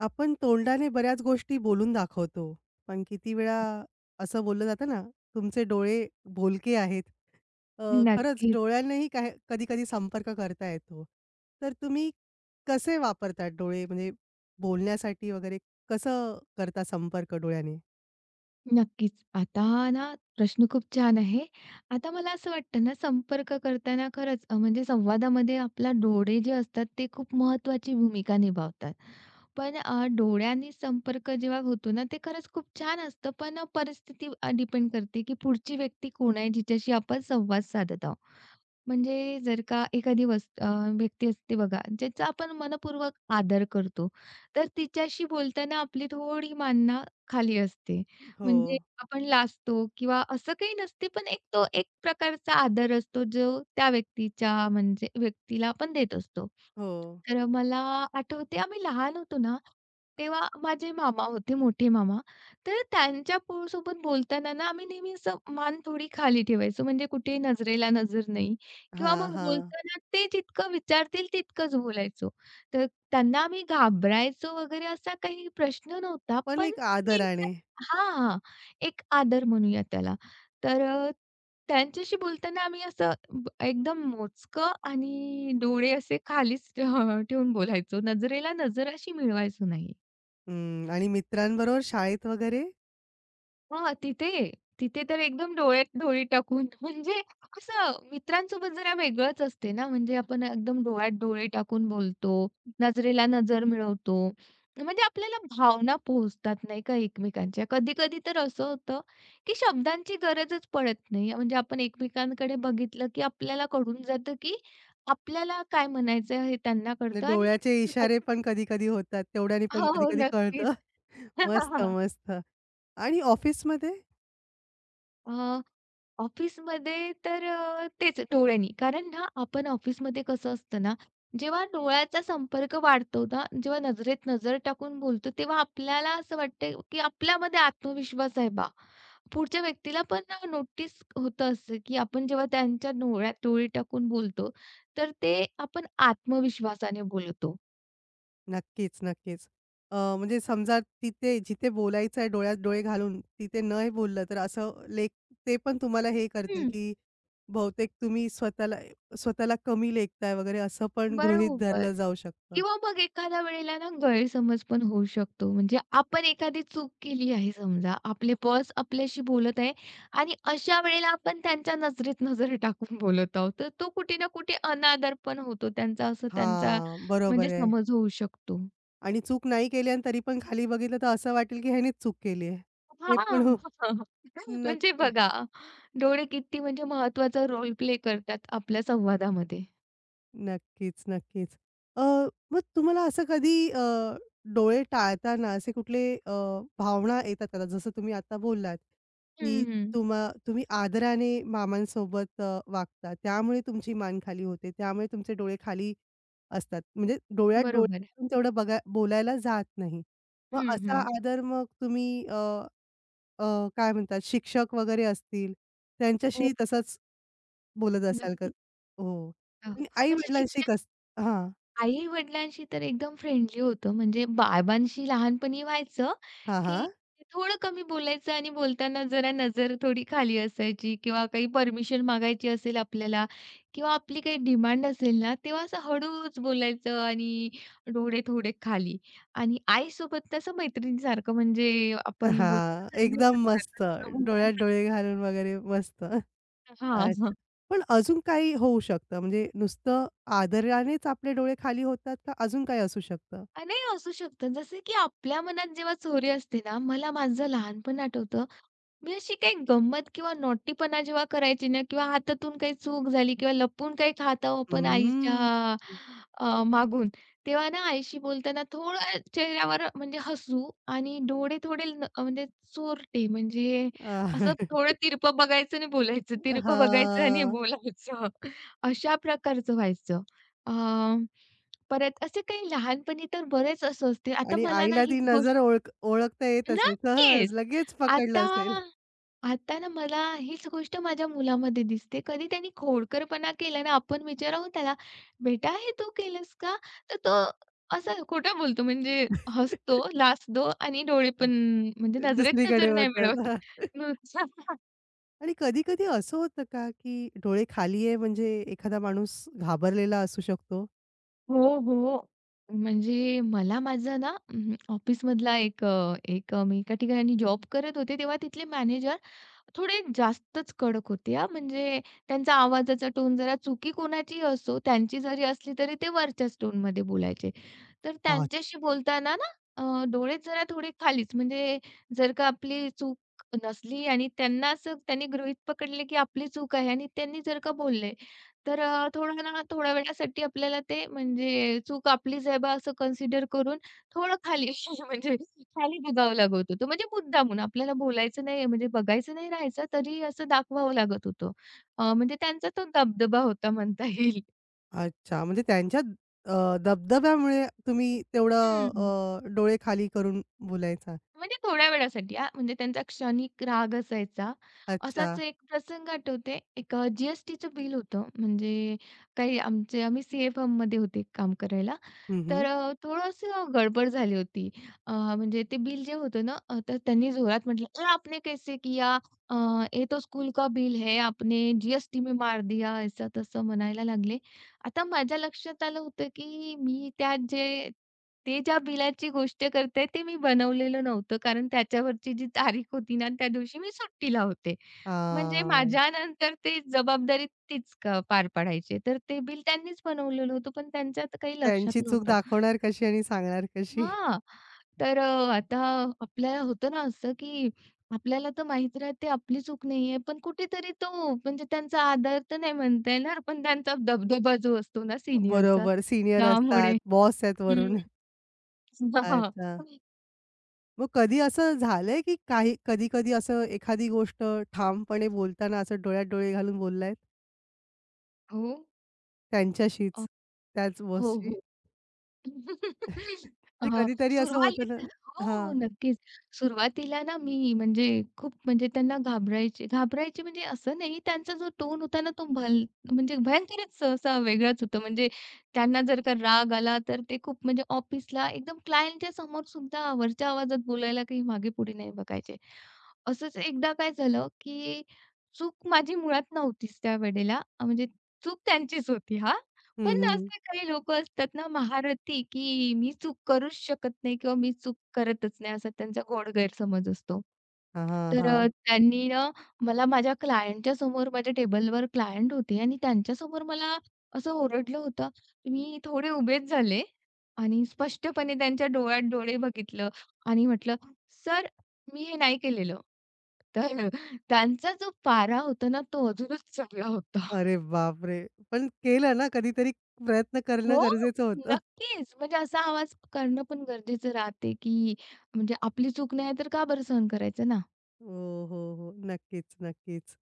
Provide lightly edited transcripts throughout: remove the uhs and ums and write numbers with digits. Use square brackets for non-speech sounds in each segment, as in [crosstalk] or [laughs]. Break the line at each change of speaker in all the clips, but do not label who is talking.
आपण तोंडाने बऱ्याच गोष्टी बोलून दाखवतो. पण किती वेळा असं बोललं जातं ना, तुमचे डोळे भोलके आहेत. अ, खरंच
नक्कीच,
डोळ्यांनाही काही कधी-कधी संपर्क करता येतो. तर तुम्ही कसे वापरतात डोळे म्हणजे बोलण्यासाठी वगैरे कसं करता संपर्क डोळ्याने?
नक्कीच. आता ना प्रश्न खूप छान आहे. आता मला असं वाटतं ना संपर्क करताना खरंच म्हणजे संवादामध्ये आपला डोळे जे असतात ते खूप महत्त्वाची भूमिका निभावतात. पण डोळ्यांनी संपर्क जेव्हा होतो ना, ते खरंच खूप छान असतं. पण परिस्थिती डिपेंड करते की पुढची व्यक्ती कोण आहे जिच्याशी आपण संवाद साधत आहोत. म्हणजे जर का एखादी व्यक्ती असते बघा, ज्याचा आपण मनपूर्वक आदर करतो, तर तिच्याशी बोलताना आपली थोडी मानना खाली असते.
हो,
म्हणजे आपण लाजतो किंवा असं काही नसते, पण एक तो एक प्रकारचा आदर असतो, जो त्या व्यक्तीच्या म्हणजे व्यक्तीला आपण देत असतो.
हो.
तर मला आठवते आम्ही लहान होतो ना, तेव्हा माझे मामा होते, मोठे मामा. तर त्यांच्या सोबत बोलताना ना, आम्ही नेहमी असं मान थोडी खाली ठेवायचो, म्हणजे कुठे नजरेला नजर नाही किंवा
हां,
मग
हां.
बोलताना ते जितकं विचारतील तितकंच बोलायचो. तर त्यांना आम्ही घाबरायचो वगैरे असा काही प्रश्न नव्हता.
पण
पण
एक
ते एक
आदराने.
हां, हां. एक आदर म्हणूया त्याला. तर त्यांच्याशी बोलताना आम्ही असं एकदम मोजकं आणि डोळे असे खालीच ठेवून बोलायचो. नजरेला नजर अशी मिळवायचो नाही.
हं. आणि मित्रांबरोबर शाळेत वगैरे?
हां, तिथे तिथे तर एकदम डोळ्यात डोळे टाकून [laughs] म्हणजे असं मित्रांसोबत जरा वेगळंच असते ना, म्हणजे आपण एकदम डोळ्यात डोळे टाकून बोलतो, नजरेला नजर मिळवतो. म्हणजे आपल्याला भावना पोहोचतात नाही का एकमेकांच्या. कधी-कधी तर असं होतं, की शब्दांची गरजच पडत नाही. म्हणजे आपण एकमेकांकडे बघितलं, की आपल्याला कळून जातं, की आपल्याला काय म्हणायचं हे त्यांना
म्हणजे
कळतं आणि
डोळ्याचे इशारे
[laughs]
पण कधी-कधी होतात. तेवढ्याने पण
हो, हो.
कधी-कधी
नक्कीच.
कळतं. [laughs] मस्त,
[laughs]
मस्त. आणि ऑफिसमध्ये?
अ, ऑफिसमध्ये तर तेच डोळ्यांनी. कारण ना आपण ऑफिसमध्ये कसं असतं ना, जेव्हा डोळ्याचा संपर्क वाढतो ना, जेव्हा नजरेत नजर टाकून बोलतो, तेव्हा आपल्याला असं वाटतं, की आपल्यामध्ये आत्मविश्वास आहे बा. पुढच्या व्यक्तीला पण नोटीस होतं असं, की आपण जेव्हा त्यांच्या डोळ्यात डोळे टाकून बोलतो, तर ते आपण आत्मविश्वासाने बोलतो.
नक्कीच, नक्कीच. म्हणजे समजा तिथे जिथे बोलायचं आहे डोळ्यात डोळे घालून, तिथे नाही बोललं तर असं लेख ते पण तुम्हाला हे करतील,
हं.
की बहुतेक तुम्ही स्वतःला स्वतःला कमी लेखताय वगैरे असं पण गृहीत
बरोबर.
धरलं जाऊ शकतं.
किंवा मग एखाद्या वेळेला ना गैरसमज पण होऊ शकतो. म्हणजे आपण एखादी चूक केली आहे समजा, आपले बॉस आपल्याशी बोलत आहे आणि अशा वेळेला आपण त्यांच्या नजरेत नजर टाकून बोलत आहोत. तर तो कुठे ना कुठे अनादर पण होतो त्यांचा, असं त्यांचा
हां,
म्हणजे
बरोबर आहे.
समज होऊ शकतो.
आणि चूक नाही केली आणि तरी पण खाली बघितलं तर असं वाटेल, की ह्यानेच चूक केली आहे. हे पण
हां.
हो,
[laughs] म्हणजे
नक्की.
बघा, डोळे किती म्हणजे महत्त्वाचा रोल प्ले करतात आपल्या संवादामध्ये.
नक्कीच, नक्कीच. अ, मग तुम्हाला असं कधी डोळे टाळताना असे कुठले भावना येतात का? जसं तुम्ही आता बोललात, की
हं,
तुम्ही आदराने मामांसोबत वागता. त्यामुळे तुमची मान खाली होते. त्यामुळे तुमचे डोळे खाली असतात. म्हणजे डोळ्यात डोळे
बरोबर.
घालून तेवढं बघा बोलायला जात नाही. मग
हं,
असा
हं.
आदर मग तुम्ही अ, अ, काय म्हणतात शिक्षक वगैरे असतील
हो,
त्यांच्याशी तसंच बोलत असाल का?
नक्कीच.
हो. आणि
म्हणजे
आई-वडिलांशी
शिक्षण
कसं हां.
आई-वडिलांशी तर एकदम फ्रेंडली होतं. म्हणजे बाबांशी लहानपणी व्हायचं,
हां,
की
हां.
थोडं कमी बोलायचं आणि बोलताना जरा नजर थोडी खाली असायची किंवा काही परमिशन मागायची असेल आपल्याला किंवा आपली काही डिमांड असेल ना, तेव्हा असं हळूच बोलायचं आणि डोळे थोडे खाली. आणि आईसोबत तसं मैत्रिणीसारखं म्हणजे आपण बोलतो
हां,
ना
एकदम मस्त. डोळ्यात डोळे घालून वगैरे मस्त.
हां,
अच्छा.
हां.
पण अजून काही होऊ शकतं? म्हणजे नुसतं आदरानेच आपले डोळे खाली होतात का अजून काही असू शकतं?
नाही असू शकतं. जसं की आपल्या मनात जेव्हा चोरी असते ना, मला माझं लहानपण आठवतं मी अशी काही गंमत किंवा नॉटीपणा जेव्हा करायची ना किंवा हातातून काही चूक झाली किंवा लपून काही खात आहोत आपण आईच्या
हम्म.
मागून, तेव्हा ना आईशी बोलताना थोडं चेहऱ्यावर म्हणजे हसू आणि डोळे थोडे म्हणजे चोरटे म्हणजे
अ,
असं थोडं तिरपं बघायचं आणि बोलायचं, तिरपं बघायचं आणि
हां. [laughs]
बोलायचं. अशा प्रकारचं व्हायचं. अ, परत असे काही लहानपणी तर बरेच असं असते. आता
आणि
मला ना
आईला
ही
ती नजर
गोष्ट
ओळख ओळखता येत असेल. सहज
नक्कीच.
लगेच पकडलं
आता
असेल.
आता ना मला हीच गोष्ट माझ्या मुलामध्ये दिसते. कधी त्यांनी खोडकरपणा केला ना, आपण विचारावं त्याला, "बेटा हे तू केलंस का?" तर तो असा खोटा बोलतो म्हणजे हसतो,
[laughs]
लाजतो आणि डोळे पण म्हणजे नजरेत
दुसरीकडे
नजर नाही
होतात.
मिळवत.
[laughs]
नुसता
आणि कधी-कधी असं होतं का, की डोळे खाली आहे म्हणजे एखादा माणूस घाबरलेला असू शकतो?
हो, हो. म्हणजे मला माझा ना ऑफिसमधला मी एका ठिकाणी जॉब करत होते, तेव्हा तिथले मॅनेजर थोडे जास्तच कडक होते हा, म्हणजे त्यांचा आवाजाचा टोन जरा चुकी कोणाचीही असो, त्यांची जरी असली तरी ते वरच्याच टोनमध्ये बोलायचे. तर
आ
त्यांच्याशी बोलताना ना डोळे जरा थोडे खालीच म्हणजे जर का आपली चूक नसली आणि त्यांना असं त्यांनी गृहीत पकडले की आपली चूक आहे आणि त्यांनी जर का बोलले, तर थोडं ना थोड्या वेळासाठी आपल्याला ते म्हणजे चूक आपलीच आहे बा असं कन्सिडर करून थोडं खाली [laughs] म्हणजे खाली बघावं लागत होतं. म्हणजे मुद्दामून आपल्याला बोलायचं नाही म्हणजे बघायचं नाही राहायचं तरी असं दाखवावं लागत होतं. म्हणजे त्यांचा तो दबदबा होता म्हणता येईल.
अच्छा. म्हणजे त्यांच्या अ, दबदब्यामुळे तुम्ही तेवढं
हं.
डोळे खाली करून बोलायचा.
म्हणजे थोड्या वेळासाठी हां, म्हणजे त्यांचा क्षणिक राग असायचा.
अच्छा.
असाच एक प्रसंग आठवते. एक जी-एस-टीचं बिल होतं. म्हणजे काही आमचे आम्ही सीए फर्ममध्ये होते काम करायला.
हं,
तर
हं.
थोडंसं गडबड झाली होती. म्हणजे ते बिल जे होतं ना, तर त्यांनी जोरात म्हटलं, "अरे! आपने कैसे किया? अ, ये तो स्कूल का बिल है. आपने जी में मार दिया." असं-तसं म्हणायला लागले. आता माझ्या लक्षात आलं होतं, की मी त्यात जे ते ज्या बिलाची गोष्ट करताय ते मी बनवलेलं नव्हतं. कारण त्याच्यावरची जी तारीख होती ना, त्या दिवशी मी सुट्टीला होते. म्हणजे माझ्यानंतर ते जबाबदारी तीच पार पाडायची. तर ते बिल त्यांनीच बनवलेलं होतं, पण त्यांच्या तर काही लक्षात
त्यांची चूक
नव्हतं.
दाखवणार कशी आणि सांगणार कशी?
हां, तर आता आपल्याला होतं ना असं, की आपल्याला तर माहीत राहते आपली चूक नाहीये, पण कुठेतरी तो म्हणजे त्यांचा आदर तर नाही म्हणता येणार, पण त्यांचा दबदबा जो असतो ना सीनियरचा,
बरोबर. सीनियर असतात,
त्यामुळे
बॉस आहेत
हं.
वरून.
हां.
अच्छा.
[laughs]
मग कधी असं झालंय, की काही कधी-कधी असं एखादी गोष्ट ठामपणे बोलताना असं डोळ्यात डोळे घालून बोललायत
हो. अ,
त्यांच्याशीच, त्याच
हो,
बॉसशी?
हो. [laughs]
म्हणजे
अ,
कधीतरी असं होतं ना
सुरुवातीला हो, हो,
हां.
नक्कीच. सुरुवातीला ना मी म्हणजे खूप म्हणजे त्यांना घाबरायचे घाबरायचे म्हणजे असं नाही, त्यांचा जो टोन होता ना तो म्हणजे भयंकरच असा वेगळाच होता. म्हणजे त्यांना जर का राग आला तर ते खूप म्हणजे ऑफिसला एकदम क्लायंटच्या समोर सुद्धा वरच्या आवाजात बोलायला काही मागे-पुढे नाही बघायचे. असंच एकदा काय झालं, की चूक माझी मुळात नव्हतीच त्यावेळेला म्हणजे चूक त्यांचीच होती हां.
हं,
पण
हं.
असे काही लोकं असतात ना महारथी, की मी चूक करूच शकत नाही किंवा मी चूक करतच नाही असा त्यांचा गोड गैरसमज असतो.
हां,
तर
हां.
त्यांनी ना मला माझ्या क्लायंटच्या समोर माझ्या टेबलवर क्लायंट होते आणि त्यांच्यासमोर मला असं ओरडलं होतं. मी थोडे उभेच झाले आणि स्पष्टपणे त्यांच्या डोळ्यात डोळे बघितलं आणि म्हटलं, "सर, मी हे नाही केलेलं." तर त्यांचा जो पारा होता ना तो अजूनच चढला होता.
अरे बापरे! पण केलं ना, कधीतरी प्रयत्न करणं
हो,
गरजेचं होतं.
नक्कीच. म्हणजे असा आवाज करणं पण गरजेचं राहते, की म्हणजे आपली चूक नाही तर का बरं सहन करायचं ना?
हो, हो, हो. नक्कीच, नक्कीच.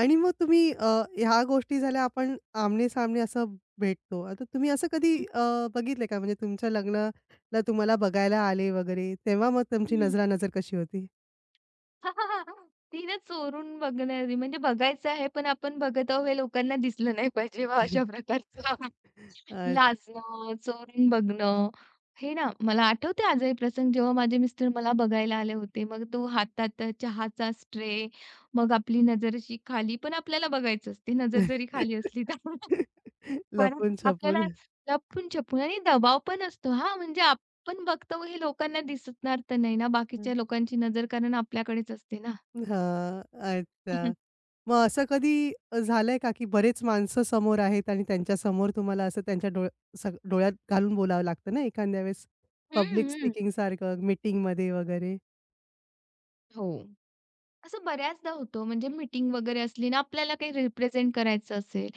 आणि मग तुम्ही ह्या गोष्टी झाल्या आपण आमने-सामने असं भेटतो. आता तुम्ही असं कधी
हं,
बघितलंय का म्हणजे तुमच्या लग्नाला तुम्हाला बघायला आले वगैरे, तेव्हा मग तुमची
हं.
नजरानजर कशी होती?
[laughs] ती ना चोरून बघणारी म्हणजे बघायचं आहे, पण आपण बघत आहोत हे लोकांना दिसलं नाही पाहिजे बा अशा प्रकारचं. [laughs]
अ,
लाजणं, चोरून बघणं, हे ना मला आठवते आजही प्रसंग जेव्हा माझे मिस्टर मला बघायला आले होते. मग तो हातात चहाचा स्ट्रे, मग आपली नजर अशी खाली पण आपल्याला बघायचं असते, नजर जरी खाली असली
[laughs]
तर. परत
लपून-छपून.
आपल्याला लपून-छपून आणि दबाव पण असतो हां, म्हणजे आपण बघतो हे लोकांना दिसणार तर नाही ना, बाकीच्या लोकांची नजर कारण आपल्याकडेच असते ना.
हां, अच्छा.
[laughs]
मग असं कधी झालंय का, की बरेच माणसं समोर आहेत आणि त्यांच्यासमोर तुम्हाला असं त्यांच्या डोळ्यात घालून बोलावं लागतं ना एखाद्या वेळेस,
हं,
पब्लिक
हं.
स्पीकिंगसारखं मीटिंगमध्ये वगैरे?
हो. असं बऱ्याचदा होतं म्हणजे मीटिंग वगैरे असली ना आपल्याला काही रिप्रेझेंट करायचं असेल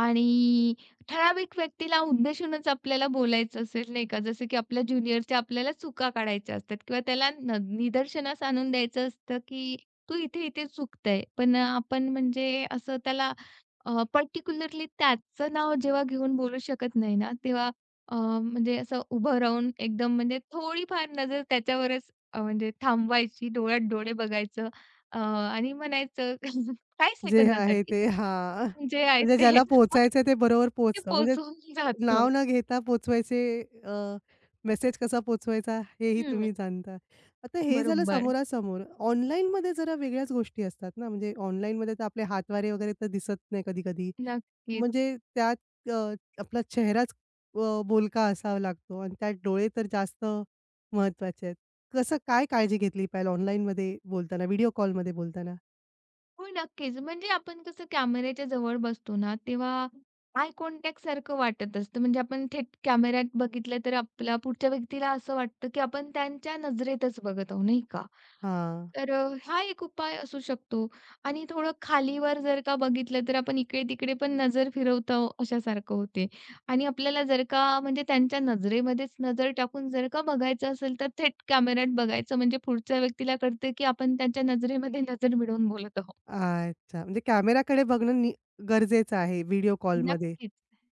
आणि ठराविक व्यक्तीला उद्देशूनच आपल्याला बोलायचं असेल नाही का जसं की आपल्या ज्युनियरच्या आपल्याला चुका काढायच्या असतात किंवा त्याला निदर्शनास आणून द्यायचं असतं की तू इथे इथे चुकतंय पण आपण म्हणजे असं त्याला पर्टिक्युलरली त्याचं नाव जेव्हा घेऊन बोलू शकत नाही ना तेव्हा म्हणजे असं उभं राहून एकदम म्हणजे थोडीफार नजर त्याच्यावरच म्हणजे थांबवायची डोळ्यात डोळे बघायचं अ, आणि म्हणायचं [laughs] काही
जे आहे
सेकंदासाठी
ते हां.
जे आहे
म्हणजे
ते
ज्याला
[laughs] मग
पोहोचायचंय ते बरोबर
ते
पोहोचतं. म्हणजे
पोहोचून [laughs]
नाव
जातं.
न घेता पोहोचवायचे मेसेज कसा पोहोचवायचा हेही तुम्ही
हं.
जाणता. आता हे झालं
बरोबर.
समोरासमोर. ऑनलाईनमध्ये जरा वेगळ्याच गोष्टी असतात ना, म्हणजे ऑनलाईनमध्ये तर आपले हातवारे वगैरे तर दिसत नाही कधी-कधी. म्हणजे
नक्कीच.
त्यात अ, आपला चेहराच बोलका असावा लागतो आणि त्यात डोळे तर जास्त महत्त्वाचे आहेत. कसं काय काळजी घेतली पाहिजे ऑनलाईनमध्ये बोलताना, व्हिडिओ कॉलमध्ये बोलताना?
हो, नक्कीच. म्हणजे आपण कसं कॅमेऱ्याच्या जवळ बसतो ना, तेव्हा आय कॉन्टॅक्ट सारखं वाटत असतं. म्हणजे आपण थेट कॅमेऱ्यात बघितलं तर आपल्या पुढच्या व्यक्तीला असं वाटतं, की आपण त्यांच्या नजरेतच बघत आहोत, नाही का?
हां.
तर हा एक उपाय असू शकतो आणि थोडं खालीवर जर का बघितलं तर आपण इकडे-तिकडे पण नजर फिरवतो अशासारखं होते आणि आपल्याला जर का म्हणजे त्यांच्या नजरेमध्येच नजर टाकून जर का बघायचं असेल तर थेट कॅमेऱ्यात बघायचं म्हणजे पुढच्या व्यक्तीला कळतं की आपण त्यांच्या नजरेमध्ये नजर मिळवून बोलत आहोत.
अच्छा. म्हणजे कॅमेराकडे बघणं नि गरजेचं आहे व्हिडिओ कॉलमध्ये.
नक्कीच.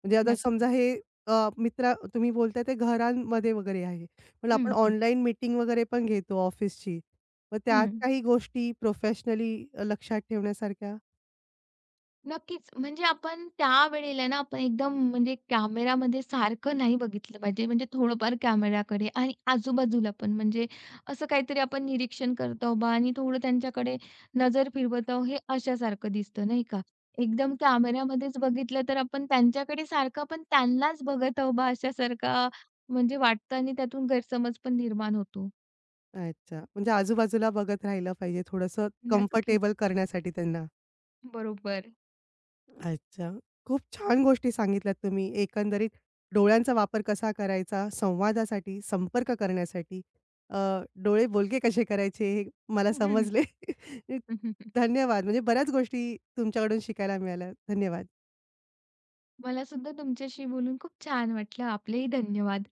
म्हणजे आता समजा
नक्कीच.
हे अ, मित्र तुम्ही बोलताय ते घरांमध्ये वगैरे आहे. पण
हं,
आपण
हं.
ऑनलाईन मीटिंग वगैरे पण घेतो ऑफिसची. मग त्यात
हं.
काही गोष्टी प्रोफेशनली लक्षात ठेवण्यासारख्या?
नक्कीच. म्हणजे आपण त्यावेळेला ना, आपण एकदम म्हणजे कॅमेरामध्ये सारखं नाही बघितलं पाहिजे. म्हणजे थोडंफार कॅमेराकडे आणि आजूबाजूला पण म्हणजे असं काहीतरी आपण निरीक्षण करत आहोत बा आणि थोडं त्यांच्याकडे नजर फिरवत आहोत, हे अशासारखं दिसतं नाही का? एकदम कॅमेरामध्येच बघितलं तर आपण त्यांच्याकडे सारखं आपण त्यांनाच बघत आहोत बा अशासारखा म्हणजे वाटतं आणि त्यातून गैरसमज पण निर्माण होतो.
अच्छा. म्हणजे आजूबाजूला बघत राहिलं पाहिजे थोडंसं
नक्कीच.
कम्फर्टेबल करण्यासाठी त्यांना.
बरोबर.
अच्छा. खूप छान गोष्टी सांगितल्यात तुम्ही. एकंदरीत डोळ्यांचा वापर कसा करायचा संवादासाठी, संपर्क करण्यासाठी. अ, डोळे बोलके कसे करायचे हे मला समजले. [laughs]
[laughs]
धन्यवाद. म्हणजे बऱ्याच गोष्टी तुमच्याकडून शिकायला मिळाल्या. धन्यवाद.
मला सुद्धा तुमच्याशी बोलून खूप छान वाटलं. आपलेही धन्यवाद.